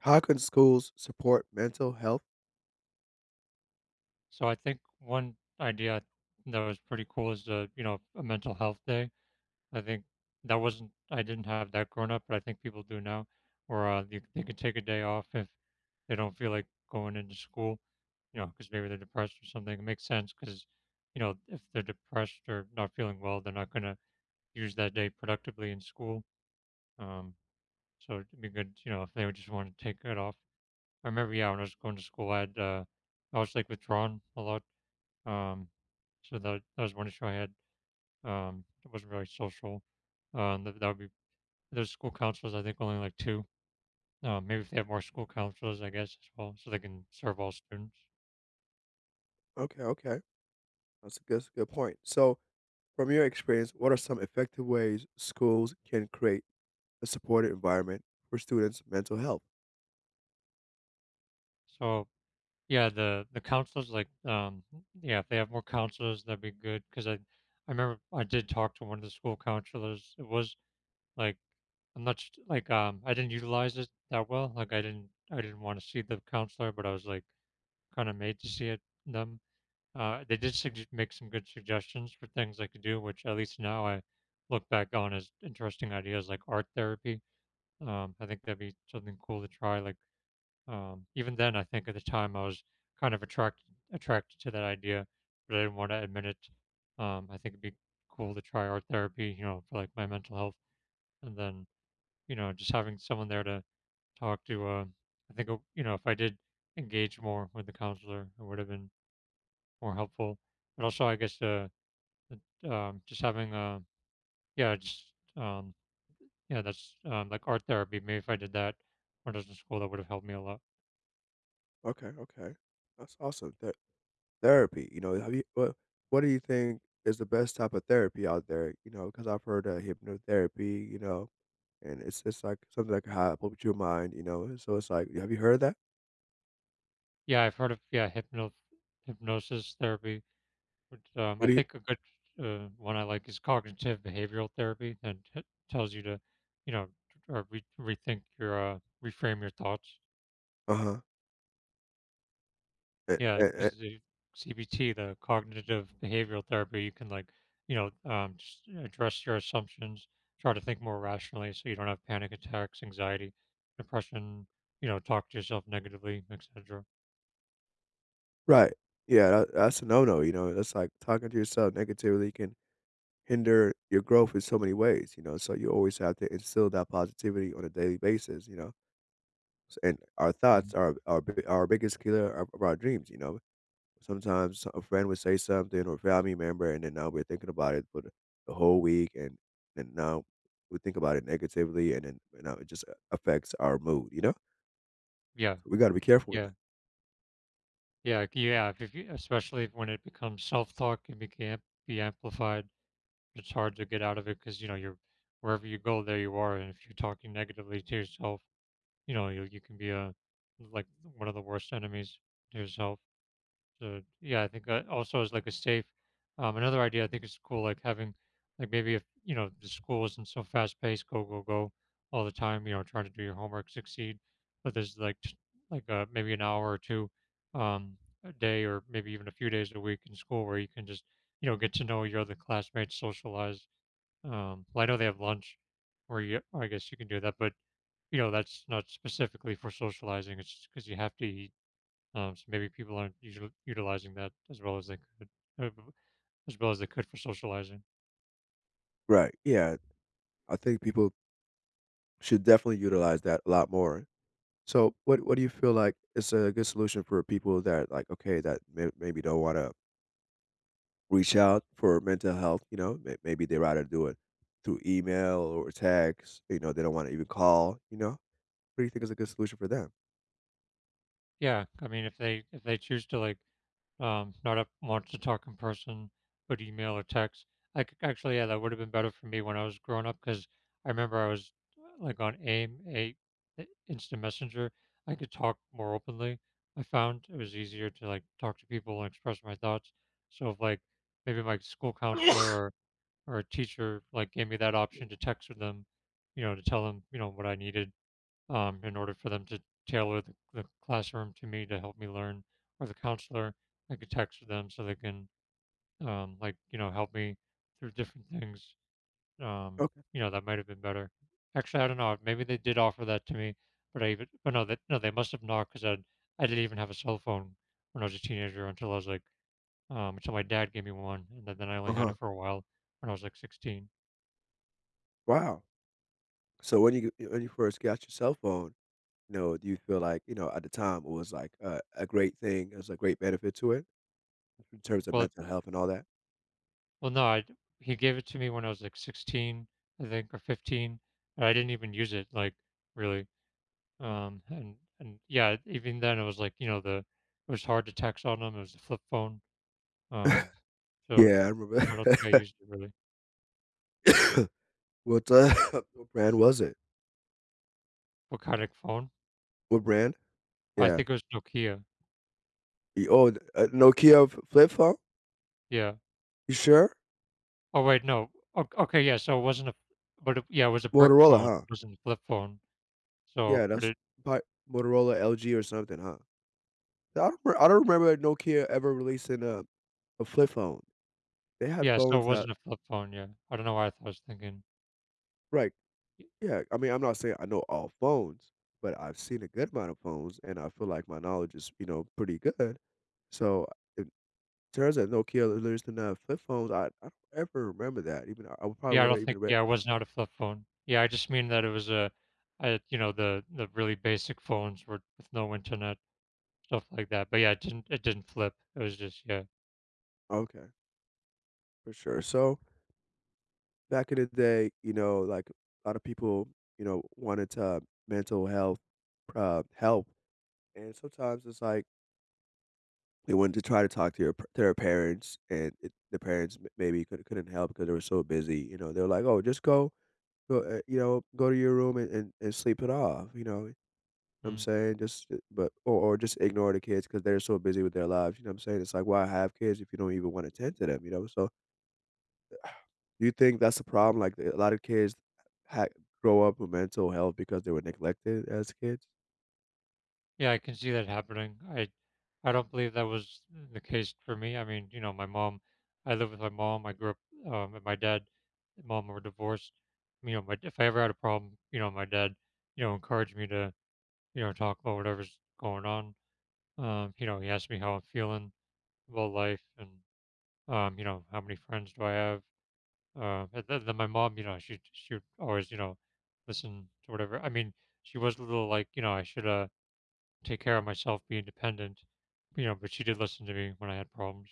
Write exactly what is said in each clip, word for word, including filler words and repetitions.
How can schools support mental health? So I think one idea that was pretty cool is the, you know, a mental health day. I think that wasn't I didn't have that growing up, but I think people do now, or uh, they, they can take a day off if they don't feel like going into school, you know, because maybe they're depressed or something. It makes sense because, you know, if they're depressed or not feeling well, they're not going to use that day productively in school. Um, so it'd be good, you know, if they would just want to take it off. I remember, yeah, when I was going to school, I had, uh, I was like withdrawn a lot um, so that that was one issue I had. Um, it wasn't really social. Um, that, that would be There's school counselors. I think only like two. Um, maybe if they have more school counselors, I guess as well, so they can serve all students. Okay, okay. That's a good, that's a good point. So, from your experience, what are some effective ways schools can create a supportive environment for students' mental health? So yeah, the the counselors like um yeah, if they have more counselors, that'd be good. Because I I remember I did talk to one of the school counselors. It was like I'm not sh- like um I didn't utilize it that well. Like I didn't I didn't want to see the counselor, but I was like kind of made to see it them Uh, they did sug- make some good suggestions for things I could do, which at least now I look back on as interesting ideas like art therapy. Um, I think that'd be something cool to try. Like um, even then, I think at the time I was kind of attracted attracted to that idea, but I didn't want to admit it. Um, I think it'd be cool to try art therapy, you know, for like my mental health, and then you know just having someone there to talk to. Uh, I think uh, you know if I did engage more with the counselor, it would have been more helpful. But also, I guess uh, but, um, just having a yeah, just um, yeah, that's um, like art therapy. Maybe if I did that when I was in school, that would have helped me a lot. Okay, okay. That's awesome. Th- therapy, you know, have you, what, what do you think is the best type of therapy out there? You know, because I've heard of hypnotherapy, you know, and it's just like something that can help with your mind, you know. So it's like, have you heard of that? Yeah, I've heard of yeah, hypno hypnosis therapy. Which, um, What I do you, think a good uh, one I like is cognitive behavioral therapy, and it tells you to, you know, or re- rethink your uh, reframe your thoughts. uh Yeah, huh. because the C B T, the cognitive behavioral therapy, you can like, you know, um, just address your assumptions, try to think more rationally so you don't have panic attacks, anxiety, depression, you know, talk to yourself negatively, et cetera. Right. Yeah, that that's a no-no, you know, that's like talking to yourself negatively can hinder your growth in so many ways, you know, so you always have to instill that positivity on a daily basis, you know, s and our Mhm. thoughts are our bi our biggest killer of of our dreams, you know, sometimes a friend would say something or family member, and then now we're thinking about it for the the whole week, and and now we think about it negatively, and then you know it just uh, affects our mood, you know? Yeah, So we gotta be careful with yeah, that. yeah, c- yeah. If if you, especially if, when it becomes self-talk, it can be amplified. It's hard to get out of it because you know you're wherever you go, there you are. And if you're talking negatively to yourself, you know you you can be a like one of the worst enemies to yourself. So yeah, I think that also is like a safe. Um, another idea I think is cool, like having like maybe if you know the school isn't so fast paced, go go go all the time. You know, trying to do your homework, succeed, but there's like t- like uh, maybe an hour or two um, a day, or maybe even a few days a week in school where you can just you know get to know your other classmates, socialize. Um, well, I know they have lunch, where you I guess you can do that, but you know that's not specifically for socializing. It's because you have to eat. Um, so maybe people aren't usually utilizing that as well as they could, uh, b- as well as they could for socializing. Right, yeah, I think people should definitely utilize that a lot more. So what what do you feel like is a good solution for people that like okay that may, maybe don't want to reach out for mental health? You know, may, maybe they rather do it through email or text. You know, they don't want to even call. You know, what do you think is a good solution for them? Yeah, I mean, if they if they choose to like um, not up, want to talk in person, but email or text, I c- actually yeah, that would have been better for me when I was growing up because I remember I was uh, like on A I M, a the instant messenger. I could talk more openly. I found it was easier to like talk to people and express my thoughts. So if like maybe my school counselor or a teacher like gave me that option to text with them, you know, to tell them, you know, what I needed um, in order for them to tailor the, the classroom to me to help me learn, or the counselor, I could text with them so they can um, like you know help me through different things. Um, Okay. you know, that might have been better. Actually, I don't know. Maybe they did offer that to me, but I even but no, that no, they must have not because I I didn't even have a cell phone when I was a teenager until I was like um, until my dad gave me one, and then, then I Uh only had huh. it for a while when I was like sixteen. Wow. So when you when you first got your cell phone, you know, do you feel like you know at the time it was like a, a great thing? It was a great benefit to it in terms of Well, mental health and all that. Well, no, I he gave it to me when I was, like, sixteen, I think, or fifteen, and I didn't even use it, like, really, um, and and yeah, even then, it was, like, you know, the it was hard to text on them, it was a flip phone, um, so Yeah, I remember. I don't think I used it really. what uh, what brand was it? What kind of phone? What brand? I Yeah. think it was Nokia, Y oh, a Nokia f flip phone? yeah. You sure? Oh, wait, no. O Okay, yeah, so it wasn't a but it yeah, it was a brick Motorola, phone, huh? it wasn't a flip phone, so Yeah, but that's it probably Motorola, L G, or something, huh? I don't re I don't remember Nokia ever releasing a a flip phone. They had yeah, so it phones that wasn't a flip phone, yeah. I don't know why I thought I was thinking right, yeah, I mean, I'm not saying I know all phones, but I've seen a good amount of phones, and I feel like my knowledge is, you know, pretty good. So, in terms of Nokia releasing the flip phones, I I don't ever remember that, even I I probably Yeah, I don't would've think even read yeah, it was not a flip phone. Yeah, I just mean that it was a, I, you know, the the really basic phones were with no internet, stuff like that. But yeah, it didn't it didn't flip. It was just yeah. okay, for sure, so back in the day, you know, like a lot of people, you know, wanted to mental health uh, help, and sometimes it's like they wanted to try to talk to your p- their parents, and it, the parents m- maybe could, couldn't help because they were so busy. You know, they're like, "Oh, just go, go, uh, you know, go to your room and, and, and sleep it off." You know, what I'm Mm. saying just, uh, but or, or just ignore the kids because they're so busy with their lives. You know, what I'm saying it's like, why have kids if you don't even want to tend to them? You know, so do you think that's a problem? Like a lot of kids ha grow up with mental health because they were neglected as kids? Yeah, I can see that happening. I I don't believe that was the case for me. I mean, you know, my mom, I live with my mom. I grew up um, with my dad. And Mom were divorced. You know, my if I ever had a problem, you know, my dad, you know, encouraged me to, you know, talk about whatever's going on. Um, you know, he asked me how I'm feeling about life and Um, you know, how many friends do I have? Uh, and then, then my mom, you know, she she would always, you know, listen to whatever. I mean, she was a little like, you know, I should uh take care of myself, be independent, you know, but she did listen to me when I had problems.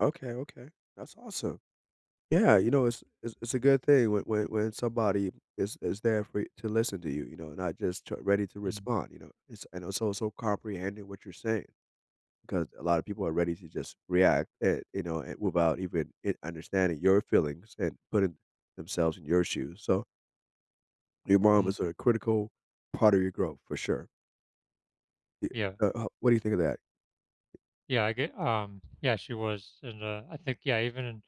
Okay, okay. That's awesome. Yeah, you know, it's it's, it's a good thing when, when when somebody is is there for you to listen to you, you know, not just tr ready to Mm. respond, you know. It's and also so so comprehending what you're saying. Because a lot of people are ready to just react, and, you know, and without even it understanding your feelings and putting themselves in your shoes. So your mom mm. was a critical part of your growth for sure. Y- Yeah, Uh, h- what do you think of that? yeah, I get. Um, yeah, she was, and uh, I think, yeah, even in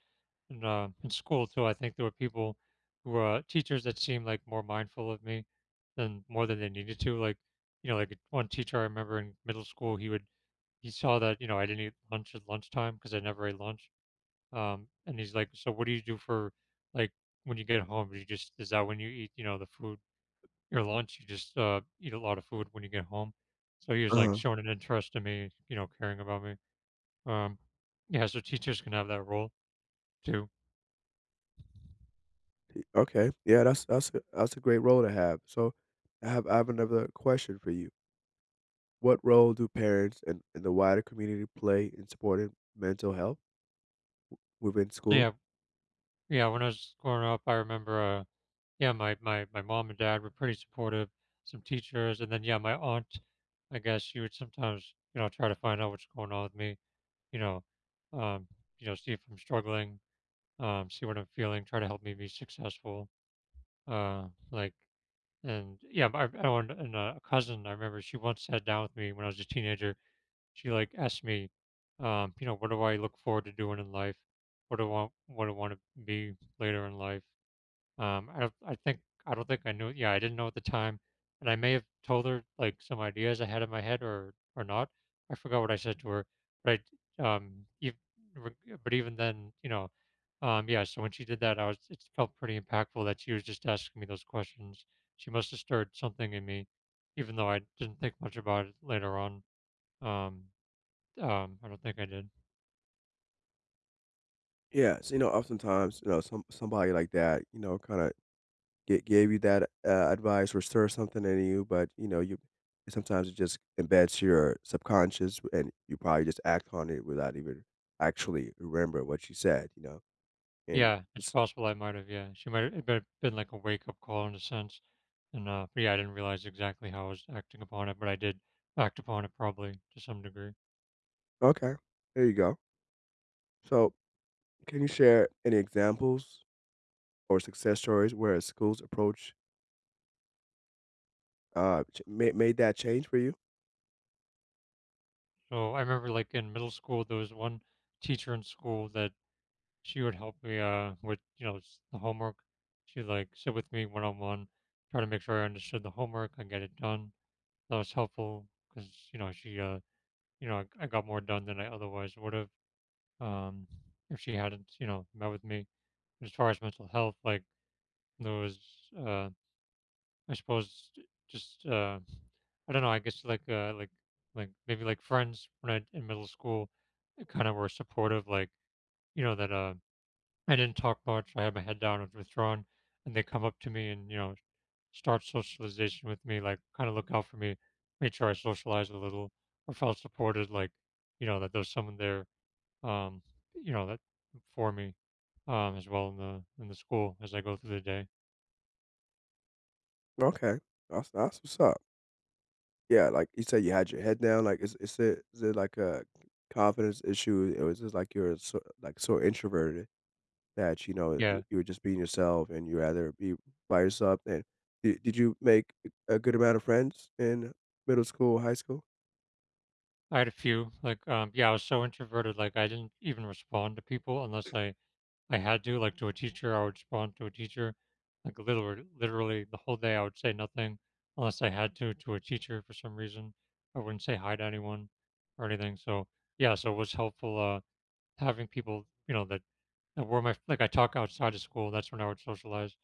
in, uh, in school too, I think there were people who were teachers that seemed like more mindful of me than more than they needed to. Like, you know, like one teacher I remember in middle school, he would he saw that, you know, I didn't eat lunch at lunchtime because I never ate lunch. Um, and he's like, "So what do you do for like when you get home? Do you just Is that when you eat, you know, the food your lunch? You just uh, eat a lot of food when you get home." So he was like Uh-huh. showing an interest in me, you know, caring about me. Um, yeah, so teachers can have that role too. Okay, yeah, that's that's a, that's a great role to have. So I have I have another question for you. What role do parents and, and the wider community play in supporting mental health within So school? yeah, yeah. When I was growing up, I remember, uh, yeah, my my my mom and dad were pretty supportive. Some teachers, and then yeah, my aunt, I guess she would sometimes, you know, try to find out what's going on with me you know, um, you know, see if I'm struggling, um, see what I'm feeling, try to help me be successful. Uh, like, and yeah, I, I want and a cousin. I remember she once sat down with me when I was a teenager. She like asked me, um, you know, what do I look forward to doing in life? What do I want? What do I want to be later in life? Um, I don't I think I don't think I knew yeah, I didn't know at the time, and I may have told her, like, some ideas I had in my head or or not. I forgot what I said to her, but I um, ev reg but even then, you know, um, yeah, so when she did that, I was it felt pretty impactful that she was just asking me those questions. She must have stirred something in me even though I didn't think much about it later on. Um, um, I don't think I did. Yeah, so you know, oftentimes, you know, some somebody like that, you know, kind of get gave you that uh, advice or stir something in you, but you know, you sometimes it just embeds your subconscious, and you probably just act on it without even actually remember what you said, you know. And Yeah, it's it's, possible I might have, yeah. She might have been been like a wake-up call in a sense. And uh but yeah, I didn't realize exactly how I was acting upon it, but I did act upon it probably to some degree. okay, there you go. So, can you share any examples or success stories where a school's approach uh ch- made made that change for you? So I remember like in middle school there was one teacher in school that she would help me uh with, you know, s- the homework. She'd like sit with me one on one, try to make sure I understood the homework and get it done. That was helpful because, you know, she uh you know, I, I got more done than I otherwise would have. Um if she hadn't, you know, met with me as far as mental health, like there was, uh, I suppose, j- just uh, I don't know. I guess like uh, like like maybe like friends when I in middle school, kind of were supportive. Like you know that uh, I didn't talk much. I had my head down. I was withdrawn, and they come up to me and you know start socialization with me. Like kind of look out for me, made sure I socialized a little or felt supported. Like you know that there's someone there. Um, you know that for me, um, as well in the in the school as I go through the day. Okay. That's that's what's up. Yeah, like you said, you had your head down. Like, is is it is it like a confidence issue, or is it like you're so, like so introverted that you know you, Yeah, you were just being yourself and you rather be by yourself? And did, did you make a good amount of friends in middle school, high school? I had a few. Like, um, yeah, I was so introverted. Like, I didn't even respond to people unless I I had to. Like to a teacher, I would respond to a teacher. Like literally, literally the whole day, I would say nothing unless I had to to a teacher for some reason. I wouldn't say hi to anyone or anything. So yeah, so it was helpful uh having people you know that And where my like I talk outside of school, that's when I would socialize.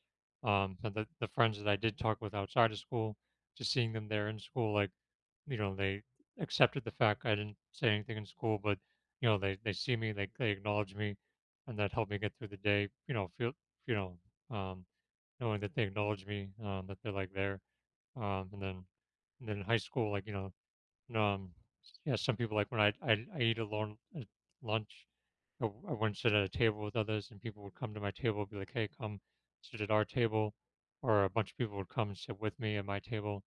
Um, and the the friends that I did talk with outside of school, just seeing them there in school, like you know, they accepted the fact I didn't say anything in school, but you know, they they see me, they they acknowledge me, and that helped me get through the day. You know, feel you know, um, knowing that they acknowledge me, um, that they're like there. Um, and then and then in high school, like you know, um, yeah, some people like when I I, I eat alone at lunch, I w- I wouldn't sit at a table with others, and people would come to my table and be like, "Hey, come sit at our table," or a bunch of people would come and sit with me at my table,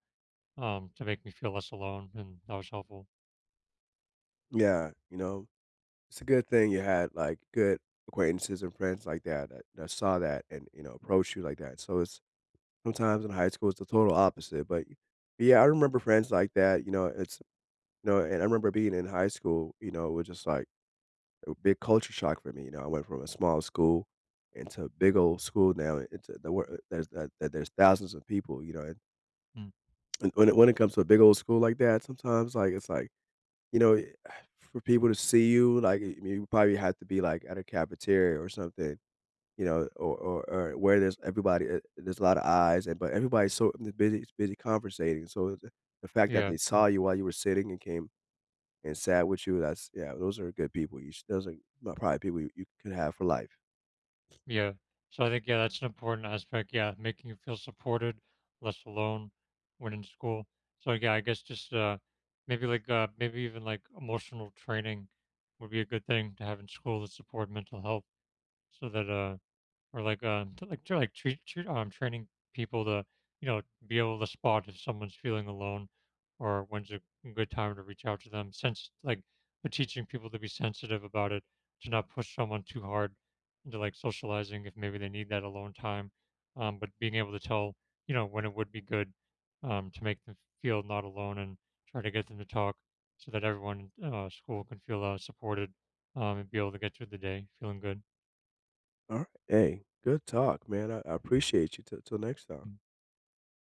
um, to make me feel less alone, and that was helpful. Yeah, you know, it's a good thing you had like good acquaintances and friends like that that, that saw that and you know approached you like that. So it's sometimes in high school it's the total opposite, but yeah, I remember friends like that. You know, it's no, and I remember being in high school, you know, it was just like a big culture shock for me, you know, I went from a small school into a big old school now, into the wor uh, there's that that there's thousands of people, you know, and Mm. and when it when it comes to a big old school like that, sometimes, like, it's like, you know, it- for people to see you, like, I mean, you probably have to be, like, at a cafeteria or something, you know, or or or where there's everybody, uh, there's a lot of eyes, and but everybody's so busy busy conversating, so the fact that Yeah, they mm, saw you while you were sitting and came and sad with you, that's yeah, those are good people. You sh Those are m probably people you you could have for life. yeah. So I think yeah, that's an important aspect. Yeah, making you feel supported, less alone when in school. So yeah, I guess just uh, maybe like uh, maybe even like emotional training would be a good thing to have in school to support mental health, so that uh, or like um to like to like treat, treat um training people to you know be able to spot if someone's feeling alone or when's a good time to reach out to them since like but teaching people to be sensitive about it, to not push someone too hard into like socializing if maybe they need that alone time, um but being able to tell you know when it would be good, um to make them feel not alone and try to get them to talk so that everyone in uh, school can feel uh, supported, um, and be able to get through the day feeling good. Alright, hey, good talk, man. I I appreciate you. Till till next time.